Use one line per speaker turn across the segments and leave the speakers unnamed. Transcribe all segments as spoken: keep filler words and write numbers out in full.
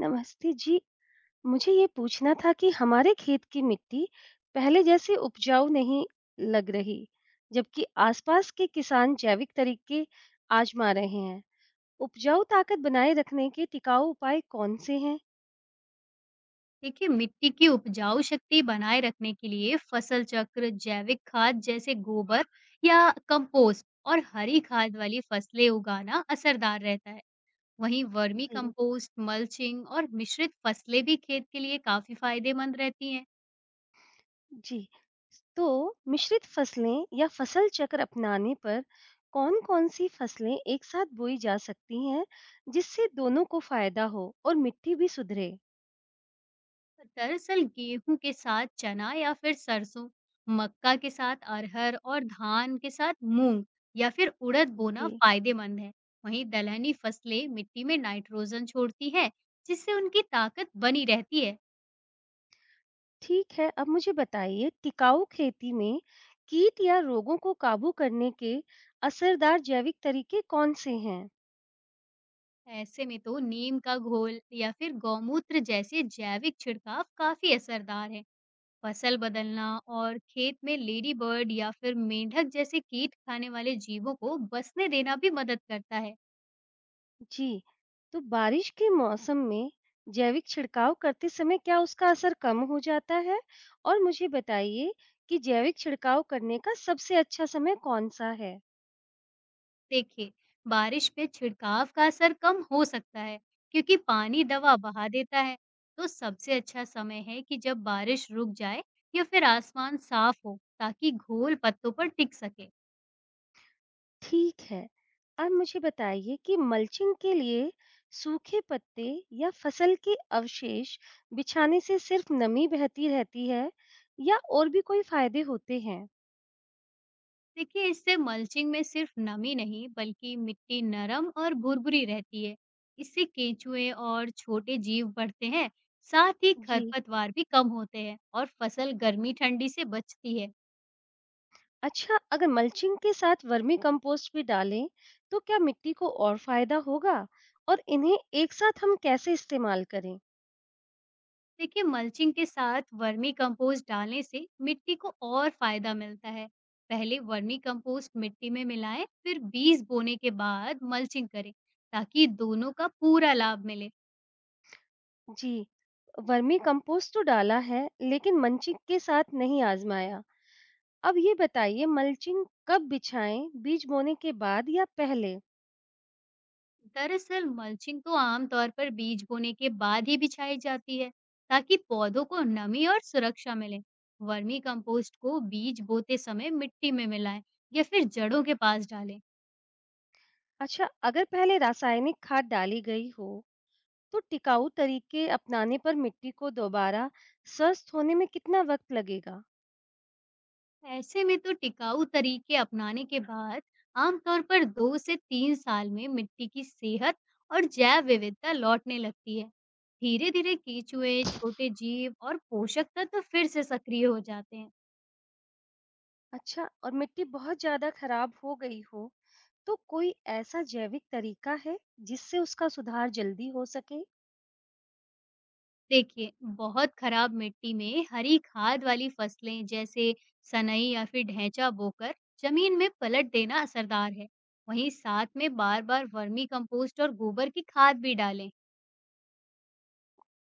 नमस्ते जी, मुझे ये पूछना था कि हमारे खेत की मिट्टी पहले जैसी उपजाऊ नहीं लग रही, जबकि आसपास के किसान जैविक तरीके आजमा रहे हैं। उपजाऊ ताकत बनाए रखने के टिकाऊ उपाय कौन से हैं?
देखिए, मिट्टी की उपजाऊ शक्ति बनाए रखने के लिए फसल चक्र, जैविक खाद जैसे गोबर या कंपोस्ट और हरी खाद वाली फसलें उगाना असरदार रहता है। वहीं वर्मी
जी,
कंपोस्ट, मल्चिंग और मिश्रित फसलें भी खेत के लिए काफी फायदेमंद रहती हैं।
जी। तो मिश्रित फसलें या फसल चक्र अपनाने पर कौन-कौन सी फसलें एक साथ बोई जा सकती हैं, जिससे दोनों को फायदा हो और मिट्टी भी सुधरे?
दरअसल गेहूं के साथ चना या फिर सरसों, मक्का के साथ अरहर और धान के साथ मूंग या फिर उड़द
जी।
बोना फायदेमंद है। वहीं दलहनी फसलें मिट्टी में नाइट्रोजन छोड़ती है, जिससे उनकी ताकत बनी रहती है।
ठीक है, अब मुझे बताइए टिकाऊ खेती में कीट या रोगों को काबू करने के असरदार जैविक तरीके कौन-से हैं?
ऐसे में तो नीम का घोल या फिर गौमूत्र जैसे जैविक छिड़काव काफी असरदार है। फसल बदलना और खेत में लेडी बर्ड या फिर मेंढक जैसे कीट खाने वाले जीवों को बसने देना भी मदद करता है।
जी, तो बारिश के मौसम में जैविक छिड़काव करते समय क्या उसका असर कम हो जाता है? और मुझे बताइए कि जैविक छिड़काव करने का सबसे अच्छा समय कौन-सा है?
देखिए, बारिश पे छिड़काव का असर कम हो सकता है क्योंकि पानी दवा बहा देता है। तो सबसे अच्छा समय है कि जब बारिश रुक जाए या फिर आसमान साफ हो ताकि घोल पत्तों पर टिक सके।
ठीक है। आप मुझे बताइए कि मल्चिंग के लिए सूखे पत्ते या फसल के अवशेष बिछाने से सिर्फ नमी बहती रहती है या और भी कोई फायदे होते हैं?
देखिए, इससे मल्चिंग में सिर्फ नमी नहीं बल्कि मिट्टी नरम और भुरभुरी रहती है। इससे केंचुए और छोटे जीव बढ़ते हैं, साथ ही
जी।
खरपतवार भी कम होते हैं और फसल गर्मी ठंडी से बचती है।
अच्छा, अगर मल्चिंग के साथ वर्मी कंपोस्ट भी डालें, तो क्या मिट्टी को और फायदा होगा? और इन्हें एक साथ हम कैसे इस्तेमाल करें?
देखिए मल्चिंग के साथ वर्मी कंपोस्ट डालने से मिट्टी को और फायदा मिलता है। पहले वर्मी कंपोस्ट मिट्टी में मिलाएं, फिर बीज बोने के बाद मल्चिंग करें ताकि दोनों का पूरा लाभ मिले।
जी। वर्मी कंपोस्ट तो डाला है, लेकिन मल्चिंग के साथ नहीं आज़माया। अब ये बताइए मल्चिंग कब बिछाएं, बीज बोने के बाद या पहले?
दरअसल मल्चिंग तो आमतौर पर बीज बोने के बाद ही बिछाई जाती है ताकि पौधों को नमी और सुरक्षा मिले। वर्मी कंपोस्ट को बीज बोते समय मिट्टी में मिलाएं या फिर जड़ों के पास डालें।
अच्छा, अगर पहले रासायनिक खाद डाली गई हो, तो टिकाऊ तरीके अपनाने पर मिट्टी को दोबारा स्वस्थ होने में कितना वक्त लगेगा?
ऐसे में तो टिकाऊ तरीके अपनाने के बाद आमतौर पर दो से तीन साल में मिट्टी की सेहत और जैव विविधता लौटने लगती है। धीरे धीरे कीचुए छोटे जीव और पोषक तत्व फिर से सक्रिय हो जाते हैं।
अच्छा, और मिट्टी बहुत ज्यादा खराब हो गई हो, तो कोई ऐसा जैविक तरीका है जिससे उसका सुधार जल्दी हो सके?
देखिए, बहुत खराब मिट्टी में हरी खाद वाली फसलें जैसे सनई या फिर ढैंचा बोकर जमीन में पलट देना असरदार है। वहीं साथ में बार बार वर्मी कंपोस्ट और गोबर की खाद भी डालें।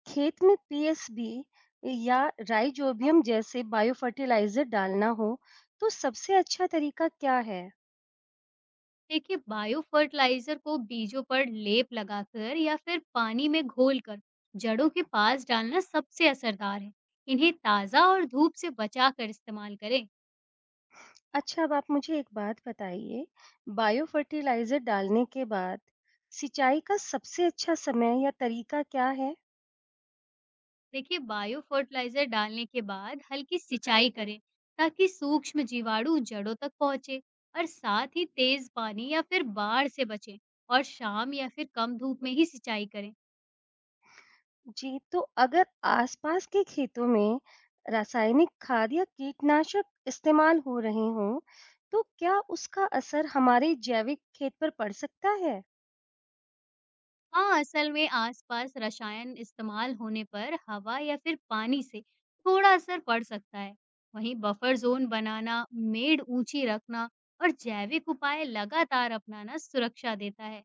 खेत में पी एस बी या राइजोबियम जैसे बायोफर्टिलाइजर डालना हो, तो सबसे अच्छा तरीका क्या है?
देखिए, बायो फर्टिलाइजर को बीजों पर लेप लगाकर या फिर पानी में घोलकर जड़ों के पास डालना सबसे असरदार है। इन्हें ताज़ा और धूप से बचाकर इस्तेमाल करें।
अच्छा, अब आप मुझे एक बात बताइए, बायोफर्टिलाइज़र डालने के बाद सिंचाई का सबसे अच्छा समय या तरीका क्या है?
देखिए, बायो फर्टिलाइजर डालने के बाद हल्की सिंचाई करें ताकि सूक्ष्म जीवाणु जड़ों तक पहुंचे। और साथ ही तेज पानी या फिर बाढ़ से बचें, और शाम या फिर कम धूप में ही सिंचाई करें।
जी, तो अगर आसपास के खेतों में रासायनिक खाद या कीटनाशक इस्तेमाल हो रहे हों, तो क्या उसका असर हमारे जैविक खेत पर पड़ सकता है?
हाँ, असल में आसपास रसायन इस्तेमाल होने पर हवा या फिर पानी से थोड़ा असर पड़ सकता है। वहीं बफर जोन बनाना, मेड़ ऊंची रखना और जैविक उपाय लगातार अपनाना सुरक्षा देता है।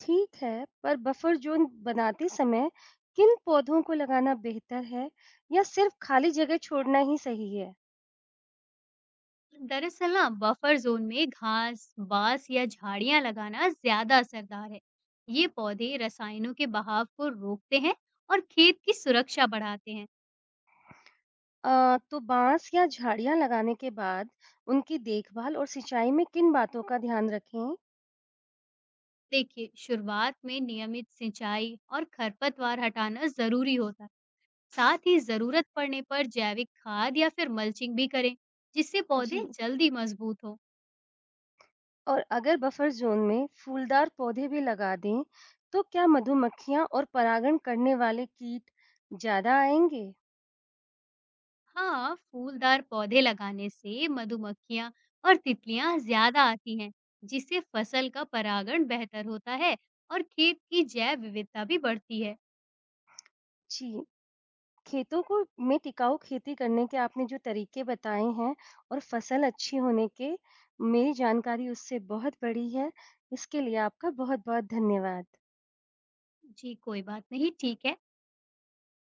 ठीक है, पर बफर ज़ोन बनाते समय किन पौधों को लगाना बेहतर है या सिर्फ खाली जगह छोड़ना ही सही है?
दरअसल ना बफर जोन में घास, बांस या झाड़ियां लगाना ज्यादा असरदार है। ये पौधे रसायनों के बहाव को रोकते हैं और खेत की सुरक्षा बढ़ाते हैं।
अ, तो बाँस या झाड़ियाँ लगाने के बाद उनकी देखभाल और सिंचाई में किन बातों का ध्यान रखें?
देखिए, शुरुआत में नियमित सिंचाई और खरपतवार हटाना जरूरी होता है। साथ ही जरूरत पड़ने पर जैविक खाद या फिर मल्चिंग भी करें जिससे पौधे
जी,
जल्दी मजबूत हो।
और अगर बफर ज़ोन में फूलदार पौधे भी लगा दें, तो क्या मधुमक्खियाँ और परागण करने वाले कीट ज़्यादा आएँगे?
हाँ, फूलदार पौधे लगाने से मधुमक्खियाँ और तितलियाँ ज्यादा आती हैं, जिससे फसल का परागण बेहतर होता है और खेत की जैव विविधता भी बढ़ती है।
जी, खेतों को में टिकाऊ खेती करने के आपने जो तरीके बताए हैं और फसल अच्छी होने के मेरी जानकारी उससे बहुत बड़ी है। इसके लिए आपका बहुत-बहुत धन्यवाद।
जी, कोई बात नहीं, ठीक है।